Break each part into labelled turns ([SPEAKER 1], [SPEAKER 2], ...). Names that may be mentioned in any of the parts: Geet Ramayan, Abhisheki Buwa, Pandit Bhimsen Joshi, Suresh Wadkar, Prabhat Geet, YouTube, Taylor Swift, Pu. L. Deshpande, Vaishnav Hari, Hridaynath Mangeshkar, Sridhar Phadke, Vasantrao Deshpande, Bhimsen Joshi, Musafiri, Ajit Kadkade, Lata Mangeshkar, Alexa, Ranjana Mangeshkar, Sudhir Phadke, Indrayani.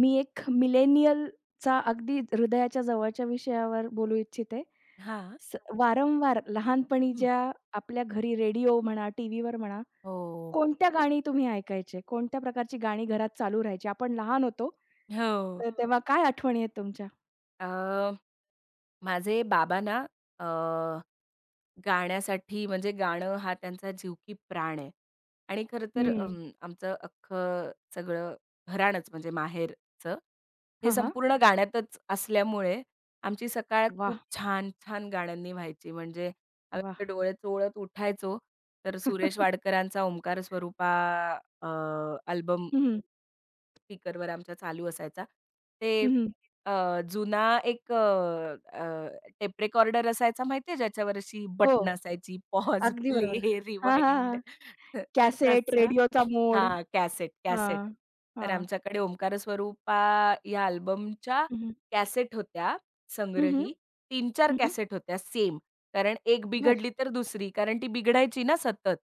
[SPEAKER 1] मी एक मिलेनियलचा अगदी हृदयाच्या जवळच्या विषयावर बोलू इच्छिते.
[SPEAKER 2] हां.
[SPEAKER 1] वारंवार लहानपणी
[SPEAKER 2] हं.
[SPEAKER 1] ज्या आपल्या घरी रेडिओ म्हणा, टीव्हीवर म्हणा,
[SPEAKER 2] हो.
[SPEAKER 1] कोणत्या गाणी तुम्ही ऐकायचे? कोणत्या प्रकारची गाणी घरात चालू राहायची? आपण लहान होतो,
[SPEAKER 2] हो.
[SPEAKER 1] तर तेव्हा काय आठवणी आहेत तुमच्या?
[SPEAKER 2] अ, माझे बाबा ना अ, गाण्यासाठी म्हणजे गाणं हा त्यांचा जीव की प्राण आहे. आणि खरं तर
[SPEAKER 1] हं.
[SPEAKER 2] आमचं अख्खं सगळं घराणंच म्हणजे माहेरचं, हे
[SPEAKER 1] हां, हां.
[SPEAKER 2] संपूर्ण गाण्यातच असल्यामुळे आमची सकाळ खूप
[SPEAKER 1] वाह!
[SPEAKER 2] छान-छान गाण्यांनी व्हायची. म्हणजे आम्ही असे
[SPEAKER 1] वाह!
[SPEAKER 2] डोळे चोळत उठायचो, तर सुरेश वाडकरांचा ओंकार स्वरूपा अल्बम
[SPEAKER 1] हं,
[SPEAKER 2] स्पीकरवर आमच्या चालू असायचा. ते
[SPEAKER 1] हं.
[SPEAKER 2] अ, जुना एक अ, अ, टेप रेकॉर्डर असायचा माहिती आहे, ज्याच्यावर अशी
[SPEAKER 1] हो,
[SPEAKER 2] बटणं असायची पॉज,
[SPEAKER 1] अगदी बरोबर.
[SPEAKER 2] प्ले,
[SPEAKER 1] हां, हां,
[SPEAKER 2] रिवाइंड.
[SPEAKER 1] हां.
[SPEAKER 2] तर
[SPEAKER 1] कॅसेट,
[SPEAKER 2] तसा
[SPEAKER 1] रेडिओचा मोड.
[SPEAKER 2] हां, कॅसेट,
[SPEAKER 1] हां,
[SPEAKER 2] कॅसेट. तर
[SPEAKER 1] हां.
[SPEAKER 2] आमच्याकडे ओंकार स्वरूपा या अल्बमच्या
[SPEAKER 1] हं, हं.
[SPEAKER 2] कॅसेट होत्या
[SPEAKER 1] हं, हं.
[SPEAKER 2] संग्रही. तीन-चार कॅसेट होत्या सेम. कारण एक बिघडली तर दुसरी. कारण ती बिघडायची ना सतत.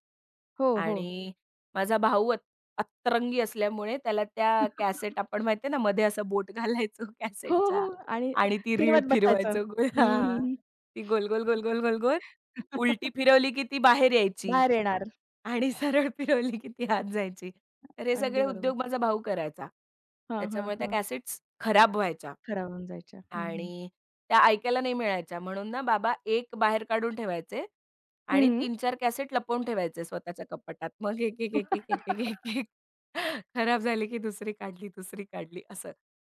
[SPEAKER 1] हो, हो.
[SPEAKER 2] आणि माझा भाऊ अतरंगी असल्यामुळे त्याला त्या कॅसेट आपण माहिती आहे ना, मध्ये असं बोट घालायचो
[SPEAKER 1] हो, हो.
[SPEAKER 2] कॅसेटच्या
[SPEAKER 1] आणि
[SPEAKER 2] आणि ती रीळ
[SPEAKER 1] फिरवत बसायचं.
[SPEAKER 2] फिरवायचो.
[SPEAKER 1] हं, हं,
[SPEAKER 2] हां,
[SPEAKER 1] हं.
[SPEAKER 2] ती गोल, गोल, गोल, गोल, गोल, गोल. उलटी फिरवली की ती बाहेर यायची.
[SPEAKER 1] बाहेर येणार.
[SPEAKER 2] आणि सरळ फिरवली की ती आत जायची. तर हे
[SPEAKER 1] अगदी
[SPEAKER 2] सगळे
[SPEAKER 1] बरोबर.
[SPEAKER 2] उद्योग माझा भाऊ करायचा.
[SPEAKER 1] हां, हां,
[SPEAKER 2] त्याच्यामुळे त्या
[SPEAKER 1] हां.
[SPEAKER 2] कॅसेट्स खराब व्हायच्या.
[SPEAKER 1] खराब होऊन जायच्या. हं, हं.
[SPEAKER 2] आणि त्या ऐकायला नाही मिळायच्या. म्हणून ना बाबा एक बाहेर काढून ठेवायचे आणि
[SPEAKER 1] हं.
[SPEAKER 2] तीन-चार कॅसेट लपवून ठेवायचे स्वतःच्या कपाटात. मग एक,
[SPEAKER 1] हं.
[SPEAKER 2] एक, एक, एक, एक, एक, एक, एक खराब झाली की दुसरी काढली, दुसरी काढली असं.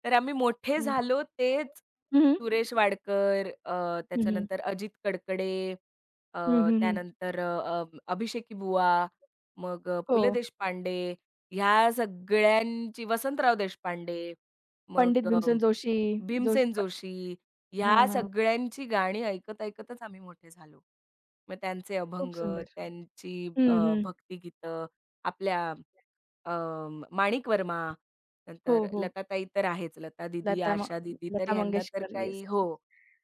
[SPEAKER 2] तर आम्ही मोठे झालो तेच
[SPEAKER 1] हं, हं,
[SPEAKER 2] सुरेश वाडकर,
[SPEAKER 1] हं.
[SPEAKER 2] त्याच्यानंतर अजित कडकडे,
[SPEAKER 1] हं,
[SPEAKER 2] अ,
[SPEAKER 1] हं, हं.
[SPEAKER 2] त्यानंतर अभिषेकी बुवा, मग पु.
[SPEAKER 1] हो.
[SPEAKER 2] ल. देशपांडे ह्या सगळ्यांची वसंतराव देशपांडे,
[SPEAKER 1] पंडित
[SPEAKER 2] मग
[SPEAKER 1] भीमसेन जोशी, जोशी
[SPEAKER 2] भीमसेन
[SPEAKER 1] प
[SPEAKER 2] जोशी,
[SPEAKER 1] हां,
[SPEAKER 2] ह्या
[SPEAKER 1] हां.
[SPEAKER 2] सगळ्यांची गाणी ऐकत-ऐकतच आम्ही मोठे झालो. मग त्यांचे
[SPEAKER 1] खूप
[SPEAKER 2] अभंग,
[SPEAKER 1] सुंदर.
[SPEAKER 2] त्यांची
[SPEAKER 1] हं, हं.
[SPEAKER 2] भक्तिगीतं, आपल्या अ, माणिक वर्मा, नंतर
[SPEAKER 1] हो, हो.
[SPEAKER 2] लताताई तर आहेच, लता दीदी,
[SPEAKER 1] लता म
[SPEAKER 2] आशा दीदी तर
[SPEAKER 1] लता
[SPEAKER 2] ह्यांना तर
[SPEAKER 1] मंगेशकर. येस.
[SPEAKER 2] काही हो,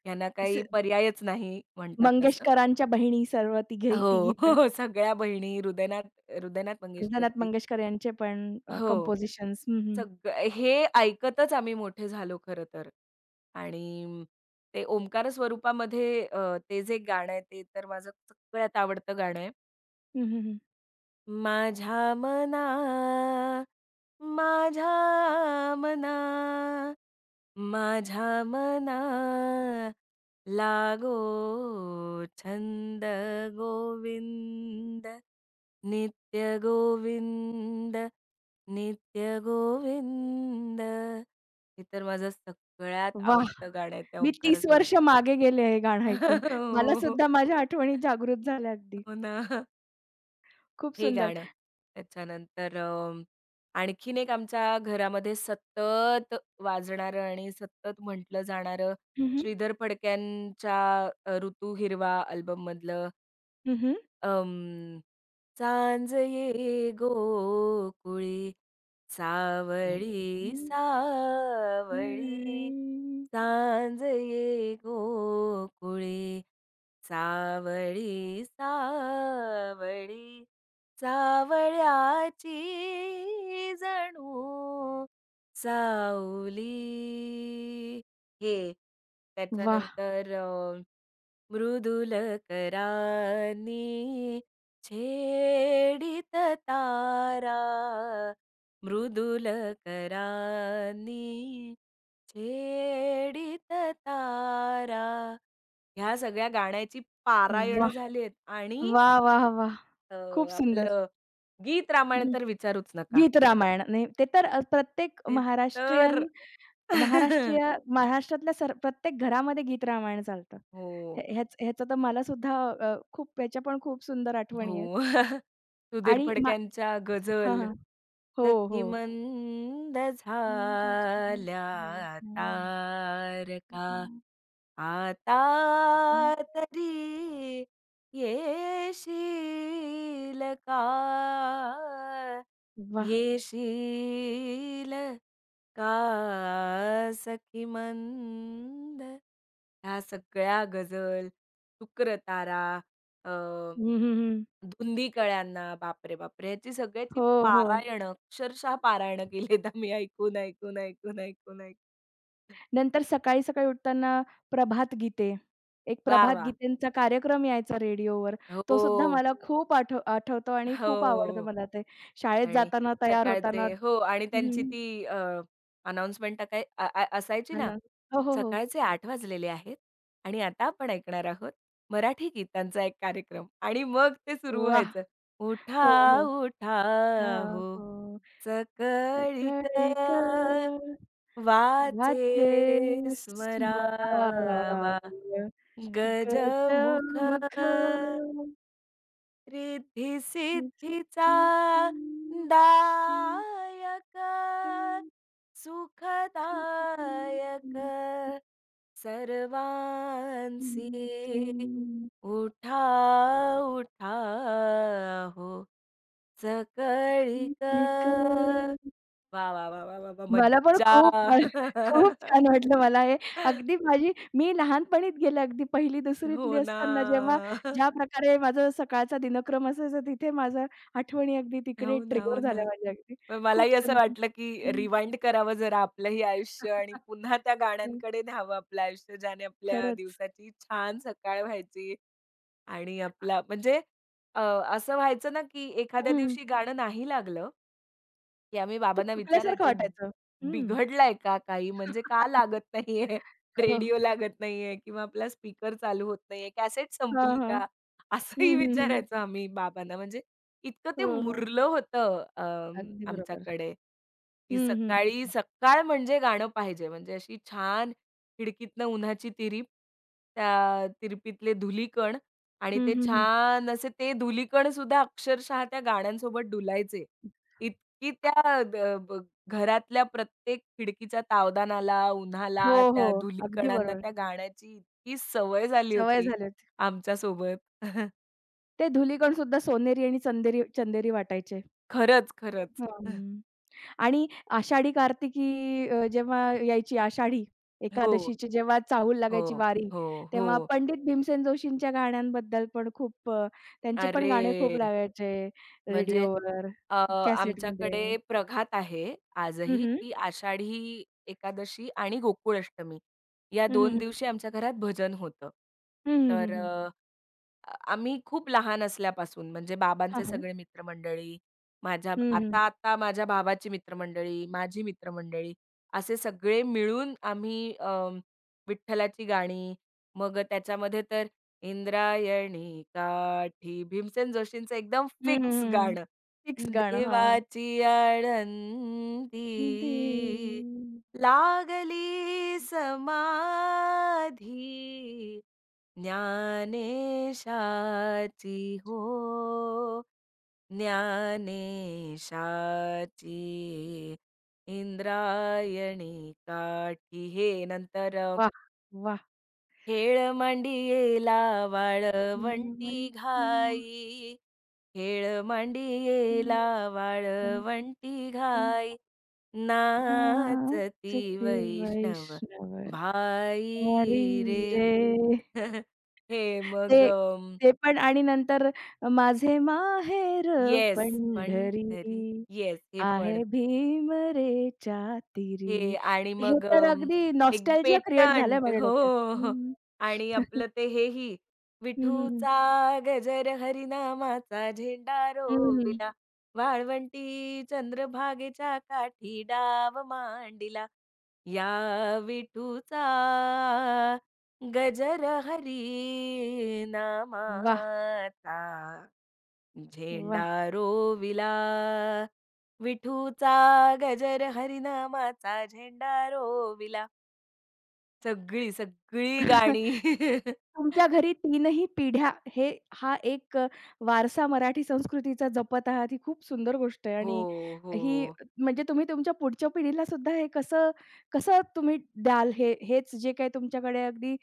[SPEAKER 2] ह्यांना
[SPEAKER 1] असे
[SPEAKER 2] काही पर्यायच नाही म्हणतात तसं.
[SPEAKER 1] मंगेशकरांच्या बहिणी सर्व तिघे
[SPEAKER 2] हो,
[SPEAKER 1] तिघी पण.
[SPEAKER 2] हो, सगळ्या बहिणी हृदयनाथ हृदयनाथ
[SPEAKER 1] रंजनाथ
[SPEAKER 2] मंगेशकरजी.
[SPEAKER 1] मंगेशकर यांचे पण
[SPEAKER 2] हो.
[SPEAKER 1] कंपोझिशन्स. हं, हं.
[SPEAKER 2] सगळं हे ऐकतच आम्ही मोठे झालो खरं तर. आणि ते ओंकार स्वरूपामध्ये ते जे गाणं आहे ते तर माझं सगळ्यात आवडतं गाणं आहे.
[SPEAKER 1] हं, हं, हं.
[SPEAKER 2] माझ्या मना, माझ्या मना, माझ्या मना लागो छंद गोविंद. नित्य गोविंद, नित्य गोविंद. हे तर माझं सगळ्यात
[SPEAKER 1] वाह!
[SPEAKER 2] आवडतं गाणं आहे, त्या
[SPEAKER 1] मी
[SPEAKER 2] ओंकार
[SPEAKER 1] 30 वर्ष
[SPEAKER 2] स्वरूप.
[SPEAKER 1] मागे गेले हे गाणं ऐकून. मला
[SPEAKER 2] हो, हो.
[SPEAKER 1] सुद्धा माझ्या आठवणी जागृत झाल्या अगदी.
[SPEAKER 2] हो ना.
[SPEAKER 1] खूप
[SPEAKER 2] हे
[SPEAKER 1] सुंदर.
[SPEAKER 2] गाणं. त्याच्यानंतर आणखीन एक आमच्या घरामध्ये सतत वाजणारं आणि सतत म्हटलं जाणारं
[SPEAKER 1] हं, हं.
[SPEAKER 2] श्रीधर फडक्यांच्या "ऋतू हिरवा" अल्बममधलं
[SPEAKER 1] हं, हं.
[SPEAKER 2] अं, सांज ये गोकुळी सावळी सावळी सांज ये गोकुळी सावळी सावळी सावळ्याची जणू सावली हे
[SPEAKER 1] वाह!
[SPEAKER 2] त्याच्यानंतर मृदुल करानी छेडित तारा मृदुल करानी छेडित तारा ह्या सगळ्या गाण्याची पारायणं
[SPEAKER 1] वाह!
[SPEAKER 2] झालीत आणि
[SPEAKER 1] वाह, वाह, वाह!
[SPEAKER 2] अ,
[SPEAKER 1] खूप सुंदर.
[SPEAKER 2] आपलं गीत
[SPEAKER 1] हं,
[SPEAKER 2] रामायण
[SPEAKER 1] हं.
[SPEAKER 2] तर विचारूच नका.
[SPEAKER 1] गीत रामायण. नाही ते तर प्रत्येक
[SPEAKER 2] ते तर
[SPEAKER 1] महाराष्ट्रीयन महाराष्ट्रीय महाराष्ट्रातल्या प्रत्येक घरामध्ये गीत रामायण चालतं. हे
[SPEAKER 2] हो.
[SPEAKER 1] ह्याच ह्याचं तर मला सुद्धा खूप ह्याच्या पण खूप सुंदर आठवणी आहेत.
[SPEAKER 2] हो. सुधीर
[SPEAKER 1] आणि मा
[SPEAKER 2] फडक्यांच्या
[SPEAKER 1] हां,
[SPEAKER 2] गझल
[SPEAKER 1] हां. हो, हो.
[SPEAKER 2] सखी मंद
[SPEAKER 1] हं, अच्छा.
[SPEAKER 2] झाल्या
[SPEAKER 1] हं, हां.
[SPEAKER 2] तारका
[SPEAKER 1] वाह!
[SPEAKER 2] आता
[SPEAKER 1] म्हणजे
[SPEAKER 2] तरी येशील का येशील का सखी मंद ह्या सगळ्या गझल, शुक्रतारा, अ,
[SPEAKER 1] हं, हं, हं.
[SPEAKER 2] धुंदी कळ्यांना, बापरे बापरे! ह्याची सगळ्याची
[SPEAKER 1] हो, हो.
[SPEAKER 2] पारायणं, अक्षरशः पारायणं केलीत आम्ही ऐकून, ऐकून, ऐकून, ऐकून, ऐकून.
[SPEAKER 1] नंतर सकाळी-सकाळी उठताना प्रभात गीते. एक
[SPEAKER 2] वाह,
[SPEAKER 1] प्रभात
[SPEAKER 2] वाह!
[SPEAKER 1] गीतेंचा कार्यक्रम यायचा रेडिओवर. तो सुद्धा
[SPEAKER 2] हो,
[SPEAKER 1] मला खूप आठवतो आणि खूप आवडतं
[SPEAKER 2] हो.
[SPEAKER 1] मला ते. शाळेत
[SPEAKER 2] आणि
[SPEAKER 1] जाताना तयार होताना
[SPEAKER 2] सकाळचे हो आणि त्यांची
[SPEAKER 1] हं,
[SPEAKER 2] ती अनाउन्समेंट टाकाय अ अ असायची
[SPEAKER 1] हां
[SPEAKER 2] ना,
[SPEAKER 1] ना. हो, हो, हो.
[SPEAKER 2] "सकाळचे 8 वाजलेले आहेत आणि आता आपण ऐकणार आहोत मराठी गीतांचा एक कार्यक्रम." आणि मग ते सुरू
[SPEAKER 1] वाह!
[SPEAKER 2] व्हायचं.
[SPEAKER 1] हो, हो.
[SPEAKER 2] "उठा, उठा
[SPEAKER 1] हां,
[SPEAKER 2] हो
[SPEAKER 1] हो.
[SPEAKER 2] सकळीक
[SPEAKER 1] सकाळी क
[SPEAKER 2] वाचे
[SPEAKER 1] वाचे स्मराव
[SPEAKER 2] स्मरावा गजमुख"
[SPEAKER 1] गजमुखाची
[SPEAKER 2] रिद्धी सिद्धीचा
[SPEAKER 1] सुधी
[SPEAKER 2] दायक सुखदायक सर्वांसी उठा उठा हो सकळीक वा वा वा वा वा वा
[SPEAKER 1] मला पण
[SPEAKER 2] मज्जा.
[SPEAKER 1] खूप मला खूप छान वाटलं मला हे. अगदी माझी मी लहानपणीत गेले अगदी 1ली-2रीतली
[SPEAKER 2] हो ना,
[SPEAKER 1] असताना जेव्हा ज्या प्रकारे माझा सकाळचा दिनक्रम असायचा तिथे माझ्या आठवणी अगदी तिकडे
[SPEAKER 2] हो ना, हो
[SPEAKER 1] ट्रिगर झाल्या
[SPEAKER 2] ना.
[SPEAKER 1] माझ्या अगदी.
[SPEAKER 2] पण
[SPEAKER 1] खूप
[SPEAKER 2] मलाही असं
[SPEAKER 1] सुंदर.
[SPEAKER 2] वाटलं, की
[SPEAKER 1] हं.
[SPEAKER 2] रिवाइंड करावं जरा आपलंही आयुष्य आणि पुन्हा त्या गाण्यांकडे न्यावं आपलं आयुष्य, ज्याने आपल्या
[SPEAKER 1] खरंच.
[SPEAKER 2] दिवसाची छान सकाळ व्हायची आणि आपला म्हणजे अ, असं व्हायचं ना, की एखाद्या
[SPEAKER 1] हं.
[SPEAKER 2] दिवशी गाणं नाही लागलं, की आम्ही
[SPEAKER 1] तर
[SPEAKER 2] बाबांना
[SPEAKER 1] चुकल्यासारखं
[SPEAKER 2] विचारायचो,
[SPEAKER 1] वाटायचं. हं.
[SPEAKER 2] "बिघडलाय का काही? म्हणजे का लागत नाहीये?
[SPEAKER 1] हो.
[SPEAKER 2] रेडिओ लागत नाहीये किंवा आपला स्पीकर चालू होत नाहीये, कॅसेट
[SPEAKER 1] हां,
[SPEAKER 2] संपली
[SPEAKER 1] हां.
[SPEAKER 2] का?" असंही
[SPEAKER 1] हं, हं, हं.
[SPEAKER 2] विचारायचो आम्ही बाबांना. म्हणजे इतकं
[SPEAKER 1] हो,
[SPEAKER 2] ते
[SPEAKER 1] हो.
[SPEAKER 2] मुरलं होतं
[SPEAKER 1] अगदी बरोबर.
[SPEAKER 2] आमच्याकडे, की
[SPEAKER 1] हं, हं.
[SPEAKER 2] सकाळी सकाळ म्हणजे गाणं पाहिजे. म्हणजे अशी छान खिडकीतनं उन्हाची तिरीप, त्या तिरपीतले धुलीकण आणि
[SPEAKER 1] हं,
[SPEAKER 2] ते
[SPEAKER 1] हं, हं.
[SPEAKER 2] छान असे ते धुलीकण सुद्धा अक्षरशः त्या गाण्यांसोबत डुलायचे. की त्या द ब घरातल्या प्रत्येक खिडकीचा तावदानाला, उन्हाला,
[SPEAKER 1] हो, हो.
[SPEAKER 2] त्या
[SPEAKER 1] अगदी
[SPEAKER 2] धुलीकणांना
[SPEAKER 1] बरोबर.
[SPEAKER 2] त्या गाण्याची इतकी सवय झाली
[SPEAKER 1] सवय
[SPEAKER 2] होती
[SPEAKER 1] झाली होती.
[SPEAKER 2] आमच्या सोबत.
[SPEAKER 1] ते धुलीकण सुद्धा सोनेरी आणि चंदेरी चंदेरी वाटायचे.
[SPEAKER 2] खरंच,
[SPEAKER 1] अरे
[SPEAKER 2] खरंच.
[SPEAKER 1] वाह! हं. आणि आषाढी कार्तिकी जेव्हा यायची आषाढी
[SPEAKER 2] हो,
[SPEAKER 1] एकादशीची जेव्हा चाहूल
[SPEAKER 2] हो,
[SPEAKER 1] लागायची वारी,
[SPEAKER 2] हो, हो.
[SPEAKER 1] तेव्हा पंडित भीमसेन जोशींच्या गाण्यांबद्दल पण खूप त्यांचे पण गाणे खूप
[SPEAKER 2] अरे!
[SPEAKER 1] लागायचे
[SPEAKER 2] म्हणजे
[SPEAKER 1] रेडिओवर,
[SPEAKER 2] अ,
[SPEAKER 1] कॅसेटमध्ये.
[SPEAKER 2] आमच्याकडे प्रघात आहे
[SPEAKER 1] हं,
[SPEAKER 2] आजही,
[SPEAKER 1] हं.
[SPEAKER 2] की आषाढी एकादशी आणि गोकुळ अष्टमी या
[SPEAKER 1] हं, हं,
[SPEAKER 2] 2
[SPEAKER 1] हं.
[SPEAKER 2] दिवशी आमच्या घरात भजन होतं.
[SPEAKER 1] हं, हं, हं,
[SPEAKER 2] तर
[SPEAKER 1] हं.
[SPEAKER 2] आम्ही खूप लहान असल्यापासून म्हणजे
[SPEAKER 1] हां,
[SPEAKER 2] बाबांचे
[SPEAKER 1] हां.
[SPEAKER 2] सगळे मित्रमंडळी, माझ्या
[SPEAKER 1] हं, हं.
[SPEAKER 2] आता, आता माझ्या बाबाची मित्रमंडळी, माझी मित्रमंडळी असे सगळे मिळून आम्ही विठ्ठलाची गाणी, मग त्याच्यामध्ये तर इंद्रायणी काठी भीमसेन जोशींचं एकदम
[SPEAKER 1] हं, हं,
[SPEAKER 2] फिक्स
[SPEAKER 1] हं,
[SPEAKER 2] गाणं.
[SPEAKER 1] फिक्स गाणं. हां.
[SPEAKER 2] देवाची
[SPEAKER 1] दे
[SPEAKER 2] आळंदी लागली समाधी ज्ञानेशाची हो ज्ञानेशाची इंद्रायणी काठी हे नंतर
[SPEAKER 1] वाह! वाह!
[SPEAKER 2] हेळ मांडियेला वाळवंटी
[SPEAKER 1] नावंती
[SPEAKER 2] घाई हेळ
[SPEAKER 1] नाचते
[SPEAKER 2] मांडियेला
[SPEAKER 1] नाचते
[SPEAKER 2] वाळवंटी घाई नाचती
[SPEAKER 1] नाचते
[SPEAKER 2] वैष्णव
[SPEAKER 1] वैष्णव हरी
[SPEAKER 2] भाई रे.
[SPEAKER 1] रे.
[SPEAKER 2] हे मग
[SPEAKER 1] ते ते पण आणि नंतर माझे माहेर
[SPEAKER 2] येस, पण तरी
[SPEAKER 1] पंढरी.
[SPEAKER 2] येस, हे पण.
[SPEAKER 1] आहे भीम रे चातिरी.
[SPEAKER 2] हे आणि
[SPEAKER 1] हे
[SPEAKER 2] मग
[SPEAKER 1] तर अगदी
[SPEAKER 2] एक
[SPEAKER 1] नॉस्टॅल्जिया क्रिएट झालंय
[SPEAKER 2] पेटंट.
[SPEAKER 1] माझ्या
[SPEAKER 2] हो,
[SPEAKER 1] डोक्यात.
[SPEAKER 2] हो, हो.
[SPEAKER 1] हं.
[SPEAKER 2] आणि आपलं ते हेही,
[SPEAKER 1] हं, हं, हं.
[SPEAKER 2] विठूचा गजर हरिनामाचा झेंडा
[SPEAKER 1] हं, हं.
[SPEAKER 2] रोविला, वाळवंटी चंद्रभागेच्या काठी डाव मांडिला, या विठूचा गजर
[SPEAKER 1] वाह!
[SPEAKER 2] हरिनामाचा. झेंडा
[SPEAKER 1] वाह!
[SPEAKER 2] रोविला विठूचा गजर हरिनामाचा झेंडा रोविला. सगळी, सगळी गाणी.
[SPEAKER 1] तुमच्या घरी तीनही पिढ्या हे हा एक वारसा मराठी संस्कृतीचा जपत आहात, ही खूप सुंदर गोष्ट आहे
[SPEAKER 2] हो,
[SPEAKER 1] आणि
[SPEAKER 2] हो,
[SPEAKER 1] ही
[SPEAKER 2] हो.
[SPEAKER 1] म्हणजे तुम्ही तुमच्या पुढच्या पिढीला सुद्धा हे कसं कसं तुम्ही द्याल हेच जे काही तुमच्याकडे अगदी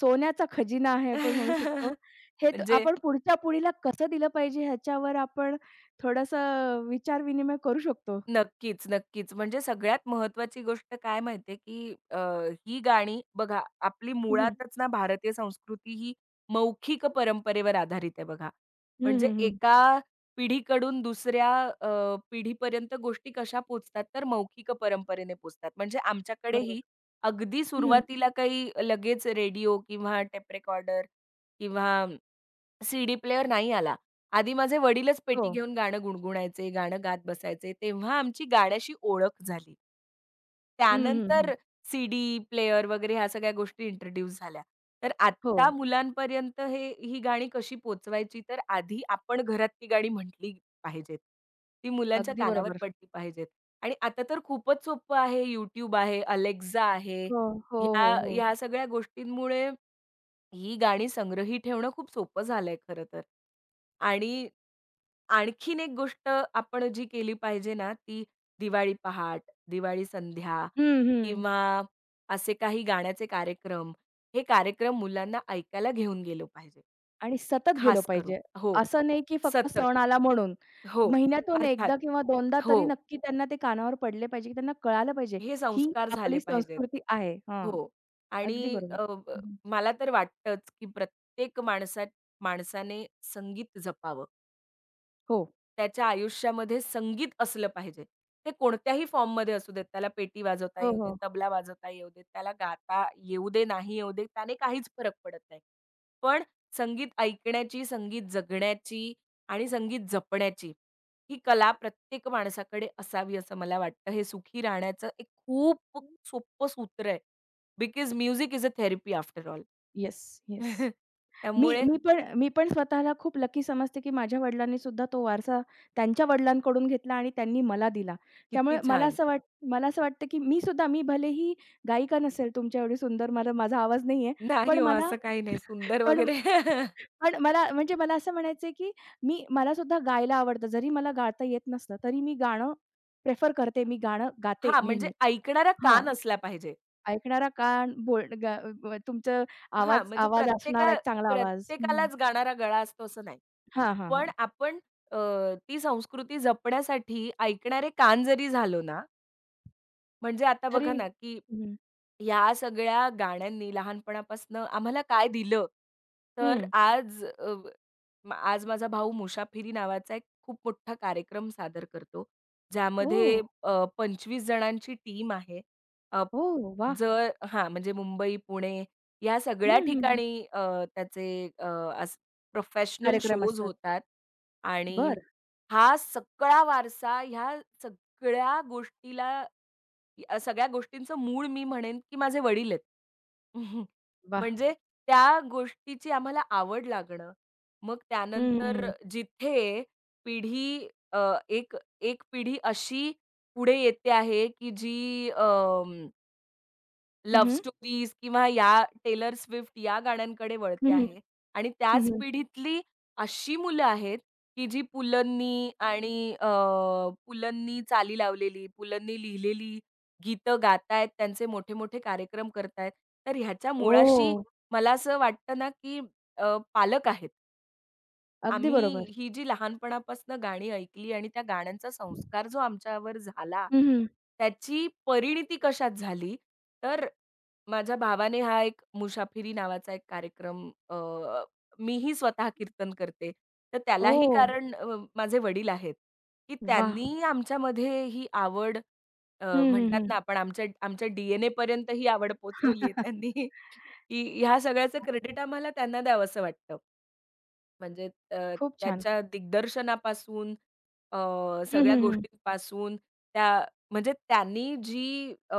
[SPEAKER 1] सोन्याचा खजिना आहे आपण म्हणू शकतो. हे त
[SPEAKER 2] म्हणजे
[SPEAKER 1] आपण पुढच्या पिढीला कसं दिलं पाहिजे ह्याच्यावर आपण थोडंसं विचार-विनिमय करू शकतो.
[SPEAKER 2] नक्कीच, नक्कीच. म्हणजे सगळ्यात महत्त्वाची गोष्ट काय माहिती की ही गाणी बघा, आपली
[SPEAKER 1] हं, हं.
[SPEAKER 2] मुळातच ना भारतीय संस्कृती ही मौखिक परंपरेवर आधारित आहे बघा.
[SPEAKER 1] हं,
[SPEAKER 2] म्हणजे
[SPEAKER 1] हं,
[SPEAKER 2] एका पिढीकडून दुसऱ्या अ, पिढीपर्यंत गोष्टी कशा पोहोचतात, तर मौखिक परंपरेने पोहोचतात. म्हणजे
[SPEAKER 1] बरोबर.
[SPEAKER 2] आमच्याकडेही अगदी
[SPEAKER 1] हं.
[SPEAKER 2] सुरुवातीला काही लगेच रेडिओ किंवा टेप रेकॉर्डर किंवा सीडी प्लेयर नाही आला. आधी माझे वडीलच
[SPEAKER 1] हो.
[SPEAKER 2] पेटी घेऊन गाणं गुणगुणायचे, गाणं गात बसायचे. तेव्हा आमची गाण्याशी ओळख झाली.
[SPEAKER 1] हं, हं, हं.
[SPEAKER 2] त्यानंतर सीडी प्लेयर वगैरे ह्या सगळ्या गोष्टी इंट्रोड्यूस झाल्या. तर
[SPEAKER 1] हो.
[SPEAKER 2] आत्ता मुलांपर्यंत हे ही गाणी कशी पोहोचवायची, तर आधी आपण घरात ती गाणी म्हटली पाहिजेत. ती मुलांच्या
[SPEAKER 1] अगदी
[SPEAKER 2] कानावर
[SPEAKER 1] बरोबर.
[SPEAKER 2] पडली पाहिजेत. आणि आता तर खूपच सोपं आहे. YouTube आहे, Alexa आहे.
[SPEAKER 1] हो, हो,
[SPEAKER 2] ह्या
[SPEAKER 1] हो, हो.
[SPEAKER 2] ह्या सगळ्या गोष्टींमुळे ही गाणी संग्रही ठेवणं खूप सोपं झालंय खरं तर. आणि आणखीन एक गोष्ट आपण जी केली पाहिजे ना, ती दिवाळी पहाट, दिवाळी संध्या
[SPEAKER 1] हं, हं.
[SPEAKER 2] किंवा असे काही गाण्याचे कार्यक्रम, हे कार्यक्रम मुलांना ऐकायला घेऊन गेलो पाहिजे,
[SPEAKER 1] आणि सतत गेलो
[SPEAKER 2] खास करून.
[SPEAKER 1] पाहिजे.
[SPEAKER 2] हो,
[SPEAKER 1] असं नाही की फक्त
[SPEAKER 2] सतत.
[SPEAKER 1] सण आला म्हणून.
[SPEAKER 2] हो,
[SPEAKER 1] महिन्यातून
[SPEAKER 2] अर्थात.
[SPEAKER 1] एकदा किंवा दोनदा
[SPEAKER 2] हो.
[SPEAKER 1] तरी नक्की त्यांना ते कानावर पडले पाहिजे, की त्यांना कळालं पाहिजे.
[SPEAKER 2] हे
[SPEAKER 1] ही
[SPEAKER 2] संस्कार झाले
[SPEAKER 1] आपली
[SPEAKER 2] पाहिजेत.
[SPEAKER 1] संस्कृती आहे. हां,
[SPEAKER 2] हो.
[SPEAKER 1] अगदी
[SPEAKER 2] आणि
[SPEAKER 1] बरोबर.
[SPEAKER 2] अ, ब
[SPEAKER 1] हं,
[SPEAKER 2] मला तर वाटतंच, की प्रत्येक माणसा माणसाने संगीत जपावं.
[SPEAKER 1] हो.
[SPEAKER 2] त्याच्या आयुष्यामध्ये संगीत असलं पाहिजे. ते कोणत्याही फॉर्ममध्ये असू देत. त्याला पेटी वाजवता
[SPEAKER 1] हो,
[SPEAKER 2] येऊ देत,
[SPEAKER 1] हो.
[SPEAKER 2] तबला वाजवता येऊ देत, त्याला गाता येऊ दे, नाही येऊ दे, त्याने काहीच फरक पडत नाही. पण संगीत ऐकण्याची, संगीत जगण्याची आणि संगीत जपण्याची ही कला प्रत्येक माणसाकडे असावी असं मला वाटतं. हे सुखी राहण्याचं एक खूप सोपं सूत्र आहे. Because music is a therapy after all.
[SPEAKER 1] Yes, yes. मी
[SPEAKER 2] त्यामुळे
[SPEAKER 1] मी पण मी पण स्वतःला खूप लकी समजते, की माझ्या वडिलांनी सुद्धा तो वारसा त्यांच्या वडिलांकडून घेतला आणि त्यांनी मला दिला. त्यामुळे
[SPEAKER 2] किती
[SPEAKER 1] मला
[SPEAKER 2] छान.
[SPEAKER 1] असं वाट मला असं वाटतं, की मी सुद्धा भलेही गायिका नसेल तुमच्या एवढी सुंदर मला माझा आवाज नाहीये.
[SPEAKER 2] नाही
[SPEAKER 1] पण
[SPEAKER 2] हो,
[SPEAKER 1] मला
[SPEAKER 2] असं काही नाही. सुंदर
[SPEAKER 1] पण
[SPEAKER 2] वगैरे.
[SPEAKER 1] पण मला म्हणजे मला असं म्हणायचंय, की मला सुद्धा गायला आवडतं. जरी मला गाता येत नसलं, तरी मी गाणं प्रेफर करते. मी गाणं गाते
[SPEAKER 2] हां, म्हणजे
[SPEAKER 1] नेहमी.
[SPEAKER 2] ऐकणारा
[SPEAKER 1] हां,
[SPEAKER 2] कान असला पाहिजे.
[SPEAKER 1] ऐकणारा कान बोल ग तुमचं आवाज
[SPEAKER 2] हां, म्हणजे
[SPEAKER 1] आवाज असणारा एक चांगला आवाज.
[SPEAKER 2] प्रत्येकालाच गाणारा गळा असतो असं नाही.
[SPEAKER 1] हां, हां,
[SPEAKER 2] पण
[SPEAKER 1] हां.
[SPEAKER 2] आपण अ, ती संस्कृती जपण्यासाठी ऐकणारे कान जरी झालो ना, म्हणजे आता
[SPEAKER 1] तरी
[SPEAKER 2] बघा ना, की
[SPEAKER 1] हं,
[SPEAKER 2] ह्या सगळ्या गाण्यांनी लहानपणापासनं आम्हाला काय दिलं? तर
[SPEAKER 1] हं.
[SPEAKER 2] आज आज माझा भाऊ मुसाफिरी नावाचा एक खूप मोठा कार्यक्रम सादर करतो.
[SPEAKER 1] ओह!
[SPEAKER 2] ज्यामध्ये 25 जणांची टीम आहे. अ,
[SPEAKER 1] ओह! वाह!
[SPEAKER 2] जर हां, म्हणजे मुंबई, पुणे या
[SPEAKER 1] हं,
[SPEAKER 2] सगळ्या
[SPEAKER 1] हं, हं.
[SPEAKER 2] ठिकाणी त्याचे प्रोफेशनल
[SPEAKER 1] कार्यक्रम
[SPEAKER 2] शोज
[SPEAKER 1] असतात.
[SPEAKER 2] होतात आणि
[SPEAKER 1] बरं.
[SPEAKER 2] हा सगळा वारसा ह्या सगळ्या गोष्टीला या सगळ्या गोष्टींचं मूळ मी म्हणेन, की माझे वडील आहेत.
[SPEAKER 1] वाह!
[SPEAKER 2] म्हणजे त्या गोष्टीची आम्हाला आवड लागणं. मग
[SPEAKER 1] हं, हं,
[SPEAKER 2] त्यानंतर
[SPEAKER 1] हं.
[SPEAKER 2] जिथे पिढी अ, एक एक पिढी अशी पुढे येते आहे, की जी
[SPEAKER 1] हं,
[SPEAKER 2] लव्ह
[SPEAKER 1] हं.
[SPEAKER 2] स्टोरीज किंवा या टेलर स्विफ्ट या गाण्यांकडे
[SPEAKER 1] हं,
[SPEAKER 2] वळते
[SPEAKER 1] हं.
[SPEAKER 2] आहे आणि
[SPEAKER 1] हं,
[SPEAKER 2] त्याच
[SPEAKER 1] हं.
[SPEAKER 2] पिढीतली अशी मुलं आहेत, की जी पुलंनी आणि पुलंनी चाली लावलेली, पुलंनी लिहिलेली गीतं गातायत, त्यांचे मोठे-मोठे कार्यक्रम करतायत. तर ह्याच्या
[SPEAKER 1] ओह!
[SPEAKER 2] मुळाशी मला असं वाटतं ना, की पालक आहेत.
[SPEAKER 1] अगदी
[SPEAKER 2] आम्ही
[SPEAKER 1] बरोबर.
[SPEAKER 2] ही जी लहानपणापासून गाणी ऐकली आणि त्या गाण्यांचा संस्कार जो आमच्यावर झाला,
[SPEAKER 1] हं, हं.
[SPEAKER 2] त्याची परिणिती कशात झाली, तर माझ्या भावाने हा एक मुशाफिरी नावाचा एक कार्यक्रम मीही स्वतः कीर्तन करते. तर त्यालाही
[SPEAKER 1] ओह!
[SPEAKER 2] कारण माझे वडील आहेत, की
[SPEAKER 1] वाह!
[SPEAKER 2] त्यांनी आमच्यामध्ये ही आवड
[SPEAKER 1] हं, हं,
[SPEAKER 2] म्हणतात
[SPEAKER 1] हं.
[SPEAKER 2] ना आपण आमच्या आमच्या DN ही आवड पोहोचवली आहे त्यांनी. की ह्या सगळ्याचं क्रेडिट आम्हाला त्यांना द्यावंसं वाटतं. म्हणजे
[SPEAKER 1] खूप छान.
[SPEAKER 2] त्याच्या दिग्दर्शनापासून अ,
[SPEAKER 1] हं,
[SPEAKER 2] सगळ्या
[SPEAKER 1] हं, हं.
[SPEAKER 2] गोष्टींपासून त्या म्हणजे त्यांनी जी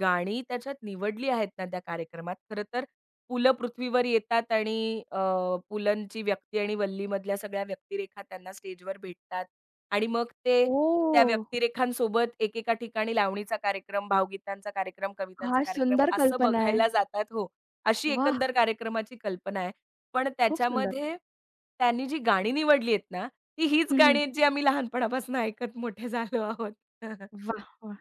[SPEAKER 2] गाणी त्याच्यात निवडली आहेत ना त्या कार्यक्रमात, खरं तर पुलं पृथ्वीवर येतात आणि पुलंची व्यक्ती आणि वल्लीमधल्या सगळ्या व्यक्तिरेखा त्यांना स्टेजवर भेटतात आणि मग ते त्या
[SPEAKER 1] ओह!
[SPEAKER 2] व्यक्तिरेखांसोबत एकेका ठिकाणी लावणीचा कार्यक्रम, भावगीतांचा कार्यक्रम, कवितांचा
[SPEAKER 1] काय
[SPEAKER 2] कार्यक्रम
[SPEAKER 1] सुंदर
[SPEAKER 2] असं
[SPEAKER 1] कल्पना आहे.
[SPEAKER 2] बघायला जातात. हो अशी
[SPEAKER 1] वाह!
[SPEAKER 2] एकंदर कार्यक्रमाची कल्पना आहे. पण
[SPEAKER 1] खूप सुंदर.
[SPEAKER 2] त्याच्यामध्ये त्यांनी जी गाणी निवडली आहेत ना, ती हीच
[SPEAKER 1] हं,
[SPEAKER 2] गाणी
[SPEAKER 1] हं.
[SPEAKER 2] आहेत जी आम्ही लहानपणापासून ऐकत मोठे झालो आहोत.
[SPEAKER 1] वाह! वाह!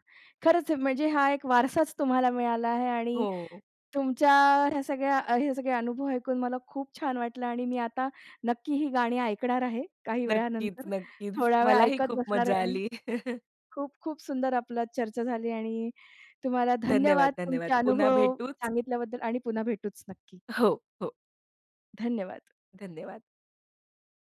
[SPEAKER 1] खरंच म्हणजे हा एक वारसाच तुम्हाला मिळाला आहे आणि
[SPEAKER 2] हो.
[SPEAKER 1] तुमच्या ह्या सगळ्या हे सगळे अनुभव ऐकून मला खूप छान वाटलं आणि मी आता नक्की ही गाणी ऐकणार आहे काही
[SPEAKER 2] नक्कीच,
[SPEAKER 1] वेळानंतर.
[SPEAKER 2] नक्कीच.
[SPEAKER 1] थोडा वेळ
[SPEAKER 2] मलाही
[SPEAKER 1] ऐकत
[SPEAKER 2] खूप
[SPEAKER 1] बसणार आहे
[SPEAKER 2] मजा
[SPEAKER 1] आणि
[SPEAKER 2] आली.
[SPEAKER 1] खूप-खूप सुंदर आपला चर्चा झाली आणि तुम्हाला धन्यवाद
[SPEAKER 2] धन्यवाद, धन्यवाद.
[SPEAKER 1] तुमचे
[SPEAKER 2] पुन्हा
[SPEAKER 1] अनुभव
[SPEAKER 2] भेटूच.
[SPEAKER 1] सांगितल्याबद्दल आणि पुन्हा भेटूच नक्की.
[SPEAKER 2] हो, हो.
[SPEAKER 1] धन्यवाद.
[SPEAKER 2] धन्यवाद.